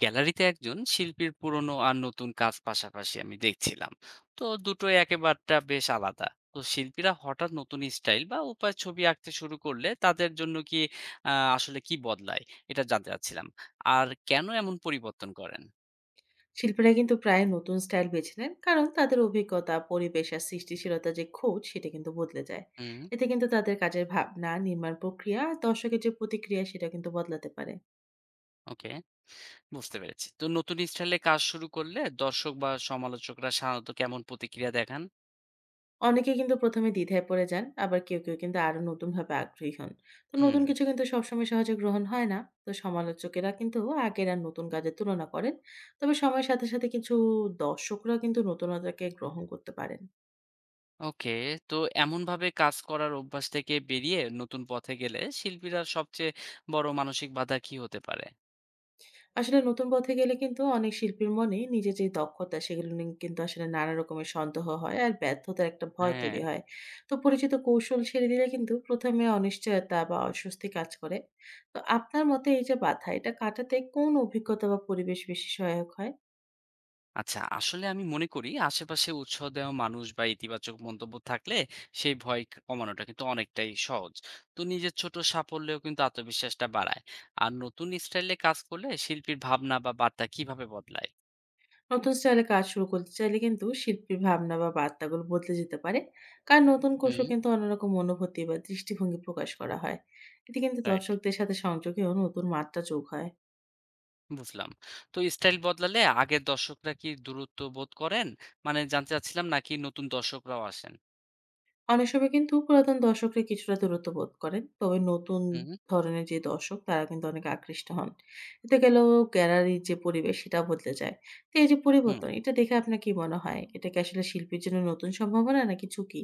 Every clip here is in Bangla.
গ্যালারিতে একজন শিল্পীর পুরনো আর নতুন কাজ পাশাপাশি আমি দেখছিলাম। তো দুটোই একেবারটা বেশ আলাদা। তো শিল্পীরা হঠাৎ নতুন স্টাইল বা উপায় ছবি আঁকতে শুরু করলে তাদের জন্য কি আসলে কি বদলায়, এটা জানতে চাচ্ছিলাম। আর কেন এমন পরিবর্তন করেন? শিল্পীরা কিন্তু প্রায় নতুন স্টাইল বেছে নেন কারণ তাদের অভিজ্ঞতা, পরিবেশ আর সৃষ্টিশীলতা যে খোঁজ সেটা কিন্তু বদলে যায়। হুম। এতে কিন্তু তাদের কাজের ভাবনা, নির্মাণ প্রক্রিয়া আর দর্শকের যে প্রতিক্রিয়া সেটা কিন্তু বদলাতে পারে। ওকে, বুঝতে পেরেছি। তো নতুন স্টাইলে কাজ শুরু করলে দর্শক বা সমালোচকরা সাধারণত কেমন প্রতিক্রিয়া দেখান? অনেকে কিন্তু প্রথমে দ্বিধায় পড়ে যান, আবার কেউ কেউ কিন্তু আরো নতুন ভাবে আগ্রহী হন। তো হুম। নতুন কিছু কিন্তু সবসময় সহজে গ্রহণ হয় না। তো সমালোচকেরা কিন্তু আগের আর নতুন কাজের তুলনা করেন। তবে সময়ের সাথে সাথে কিছু দর্শকরা কিন্তু নতুনতাকে গ্রহণ করতে পারেন। ওকে। তো এমনভাবে কাজ করার অভ্যাস থেকে বেরিয়ে নতুন পথে গেলে শিল্পীরা সবচেয়ে বড় মানসিক বাধা কি হতে পারে? আসলে নতুন পথে গেলে কিন্তু অনেক শিল্পীর মনে নিজের যে দক্ষতা সেগুলো নিয়ে কিন্তু আসলে নানা রকমের সন্দেহ হয় আর ব্যর্থতার একটা ভয় হ্যাঁ। তৈরি হয়। তো পরিচিত কৌশল ছেড়ে দিলে কিন্তু প্রথমে অনিশ্চয়তা বা অস্বস্তি কাজ করে। তো আপনার মতে এই যে বাধা, এটা কাটাতে কোন অভিজ্ঞতা বা পরিবেশ বেশি সহায়ক হয়? আচ্ছা, আসলে আমি মনে করি আশেপাশে উৎসাহ দেওয়া মানুষ বা ইতিবাচক মন্তব্য থাকলে সেই ভয় কমানোটা কিন্তু অনেকটাই সহজ। তো নিজের ছোট সাফল্যেও কিন্তু আত্মবিশ্বাসটা বাড়ায়। আর নতুন স্টাইলে কাজ করলে শিল্পীর ভাবনা বা বার্তা কিভাবে বদলায়? নতুন স্টাইলে কাজ শুরু করতে চাইলে কিন্তু শিল্পীর ভাবনা বা বার্তাগুলো বদলে যেতে পারে। কারণ নতুন কৌশল হুম। কিন্তু অন্যরকম অনুভূতি বা দৃষ্টিভঙ্গি প্রকাশ করা হয়। এতে কিন্তু রাইট। দর্শকদের সাথে সংযোগেও নতুন মাত্রা যোগ হয়। বুঝলাম। তো স্টাইল বদলালে আগের দর্শকরা কি দূরত্ব বোধ করেন? মানে জানতে চাচ্ছিলাম নাকি নতুন দর্শকরাও আসেন? অনেক সময় কিন্তু পুরাতন দর্শকরা কিছুটা দূরত্ব বোধ করেন। তবে নতুন হুম। ধরনের যে দর্শক তারা কিন্তু অনেক আকৃষ্ট হন। এতে গেলেও গ্যালারির যে পরিবেশ সেটা বদলে যায়। তো এই যে হুম। পরিবর্তন এটা দেখে আপনার কি মনে হয়? এটা কি আসলে শিল্পীর জন্য নতুন সম্ভাবনা নাকি ঝুঁকি?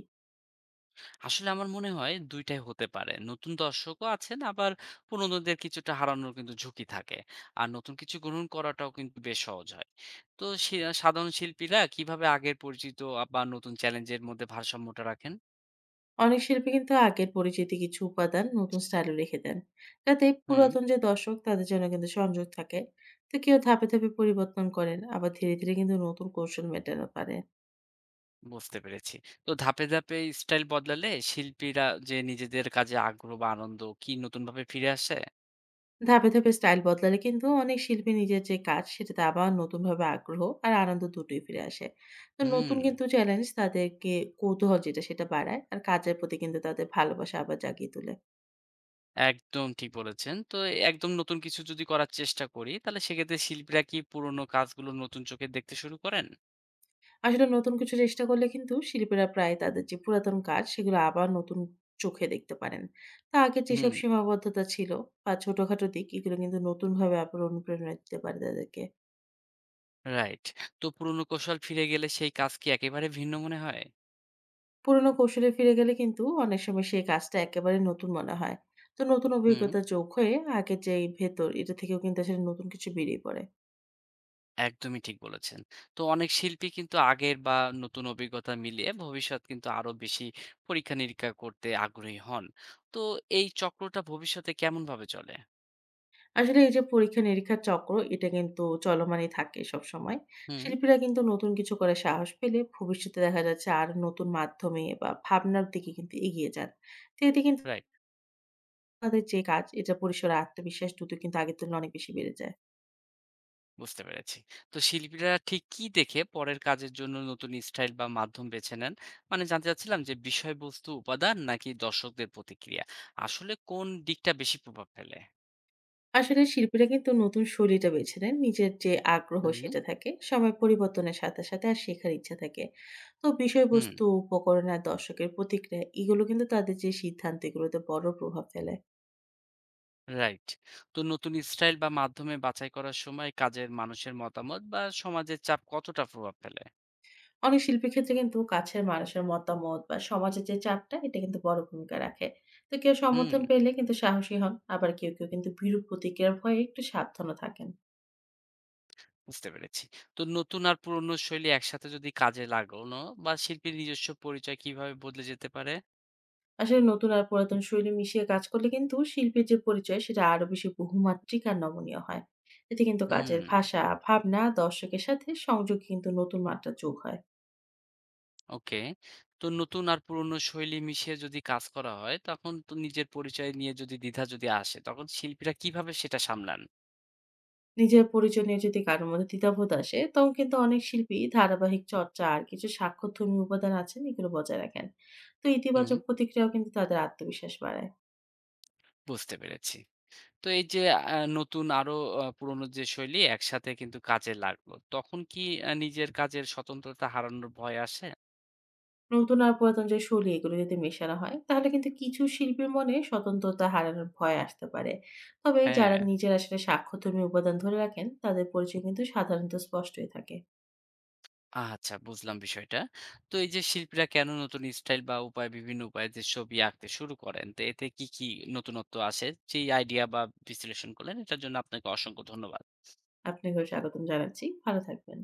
আসলে আমার মনে হয় ২টাই টাই হতে পারে। নতুন দর্শকও আছেন, আবার পুরনোদের কিছুটা হারানোর কিন্তু ঝুঁকি থাকে। আর নতুন কিছু গ্রহণ করাটাও কিন্তু বেশ সহজ হয়। তো সে সাধারণ শিল্পীরা কিভাবে আগের পরিচিত বা নতুন চ্যালেঞ্জের মধ্যে ভারসাম্যটা রাখেন? অনেক শিল্পী কিন্তু আগের পরিচিতি কিছু উপাদান নতুন স্টাইলে রেখে দেন। যাতে হুম। পুরাতন যে দর্শক তাদের জন্য কিন্তু সংযোগ থাকে। তো কেউ ধাপে, ধাপে পরিবর্তন করেন, আবার ধীরে, ধীরে কিন্তু নতুন কৌশল মেটানো পারেন। বুঝতে পেরেছি। তো ধাপে, ধাপে স্টাইল বদলালে শিল্পীরা যে নিজেদের কাজে আগ্রহ বা আনন্দ কি নতুনভাবে ফিরে আসে? ধাপে, ধাপে স্টাইল বদলালে কিন্তু অনেক শিল্পী নিজের যে কাজ সেটাতে আবার নতুনভাবে আগ্রহ আর আনন্দ দুটোই ফিরে আসে। তো নতুন হুম, কিন্তু চ্যালেঞ্জ তাদেরকে কৌতূহল যেটা সেটা বাড়ায় আর কাজের প্রতি কিন্তু তাদের ভালোবাসা আবার জাগিয়ে তোলে। একদম ঠিক বলেছেন। তো একদম নতুন কিছু যদি করার চেষ্টা করি, তাহলে সেক্ষেত্রে শিল্পীরা কি পুরোনো কাজগুলো নতুন চোখে দেখতে শুরু করেন? আসলে নতুন কিছু চেষ্টা করলে কিন্তু শিল্পীরা প্রায় তাদের যে পুরাতন কাজ সেগুলো আবার নতুন চোখে দেখতে পারেন। তা আগের যেসব হুম। সীমাবদ্ধতা ছিল বা ছোটখাটো দিক, এগুলো কিন্তু নতুনভাবে আবার অনুপ্রেরণা দিতে পারে তাদেরকে। রাইট। তো পুরোনো কৌশল ফিরে গেলে সেই কাজ কি একেবারে ভিন্ন মনে হয়? পুরোনো কৌশলে ফিরে গেলে কিন্তু অনেক সময় সেই কাজটা একেবারে নতুন মনে হয়। তো নতুন হুম, অভিজ্ঞতা যোগ হয়ে আগের যেই ভেতর এটা থেকেও কিন্তু আসলে নতুন কিছু বেরিয়ে পড়ে। একদমই ঠিক বলেছেন। তো অনেক শিল্পী কিন্তু আগের বা নতুন অভিজ্ঞতা মিলিয়ে ভবিষ্যৎ কিন্তু আরো বেশি পরীক্ষা নিরীক্ষা করতে আগ্রহী হন। তো এই চক্রটা ভবিষ্যতে কেমন ভাবে চলে? আসলে এই যে পরীক্ষা-নিরীক্ষার চক্র এটা কিন্তু চলমানই থাকে সবসময়। হুম, শিল্পীরা কিন্তু নতুন কিছু করার সাহস পেলে ভবিষ্যতে দেখা যাচ্ছে আর নতুন মাধ্যমে বা ভাবনার দিকে কিন্তু এগিয়ে যান। তো এতে কিন্তু রাইট। তাদের যে কাজ এটা পরিসরে আত্মবিশ্বাস দ্রুত কিন্তু আগের তুলনায় অনেক বেশি বেড়ে যায়। বুঝতে পেরেছি। তো শিল্পীরা ঠিক কি দেখে পরের কাজের জন্য নতুন স্টাইল বা মাধ্যম বেছে নেন? মানে জানতে চাচ্ছিলাম যে বিষয়বস্তু, উপাদান নাকি দর্শকদের প্রতিক্রিয়া? আসলে কোন দিকটা বেশি প্রভাব ফেলে? আসলে শিল্পীরা কিন্তু নতুন শৈলীটা বেছে নেন। নিজের যে আগ্রহ হুম, সেটা থাকে, সময় পরিবর্তনের সাথে, সাথে আর শেখার ইচ্ছা থাকে। তো হুম, বিষয়বস্তু, উপকরণ আর দর্শকের প্রতিক্রিয়া এগুলো কিন্তু তাদের যে সিদ্ধান্ত এগুলোতে বড় প্রভাব ফেলে। রাইট। তো নতুন স্টাইল বা মাধ্যমে বাছাই করার সময় কাজের মানুষের মতামত বা সমাজের চাপ কতটা প্রভাব ফেলে? অনেক শিল্পীর ক্ষেত্রে কিন্তু কাছের মানুষের মতামত বা সমাজের যে চাপটা এটা কিন্তু বড় ভূমিকা রাখে। তো কেউ হুম, সমর্থন পেলে কিন্তু সাহসী হন, আবার কেউ কিন্তু বিরূপ প্রতিক্রিয়ার ভয়ে একটু সাবধানও থাকেন। বুঝতে পেরেছি। তো নতুন আর পুরনো শৈলী একসাথে যদি কাজে লাগানো বা শিল্পীর নিজস্ব পরিচয় কিভাবে বদলে যেতে পারে? আসলে নতুন আর পুরাতন শৈলী মিশিয়ে কাজ করলে কিন্তু শিল্পীর যে পরিচয় সেটা আরো বেশি বহুমাত্রিক আর নমনীয় হয়। এতে কিন্তু হুম। কাজের ভাষা, ভাবনা, দর্শকের সাথে সংযোগ কিন্তু নতুন মাত্রা যোগ হয়। ওকে। তো নতুন আর পুরনো শৈলী মিশিয়ে যদি কাজ করা হয়, তখন তো নিজের পরিচয় নিয়ে যদি দ্বিধা যদি আসে, তখন শিল্পীরা কিভাবে সেটা সামলান? নিজের পরিচয় নিয়ে যদি কারোর মধ্যে দ্বিধাবোধ আসে তখন কিন্তু অনেক শিল্পী ধারাবাহিক চর্চা আর কিছু স্বাক্ষরধর্মী উপাদান আছেন এগুলো বজায় রাখেন। তো হুম, ইতিবাচক প্রতিক্রিয়াও কিন্তু তাদের আত্মবিশ্বাস বাড়ায়। বুঝতে পেরেছি। তো এই যে নতুন আরো পুরনো যে শৈলী একসাথে কিন্তু কাজে লাগলো। তখন কি নিজের কাজের স্বতন্ত্রতা হারানোর ভয় আসে? নতুন আর পুরাতন যে শৈলী এগুলো যদি মেশানো হয় তাহলে কিন্তু কিছু শিল্পীর মনে স্বতন্ত্রতা হারানোর ভয় আসতে পারে। তবে যারা হ্যাঁ। নিজের আসলে স্বাক্ষরধর্মী উপাদান ধরে রাখেন তাদের পরিচয় কিন্তু সাধারণত স্পষ্টই থাকে। আচ্ছা, বুঝলাম বিষয়টা। তো এই যে শিল্পীরা কেন নতুন স্টাইল বা উপায় বিভিন্ন উপায়ে যে ছবি আঁকতে শুরু করেন, তো এতে কি নতুনত্ব আসে? যেই আইডিয়া বা বিশ্লেষণ করলেন এটার জন্য আপনাকে অসংখ্য ধন্যবাদ। আপনাকেও স্বাগতম জানাচ্ছি। ভালো থাকবেন।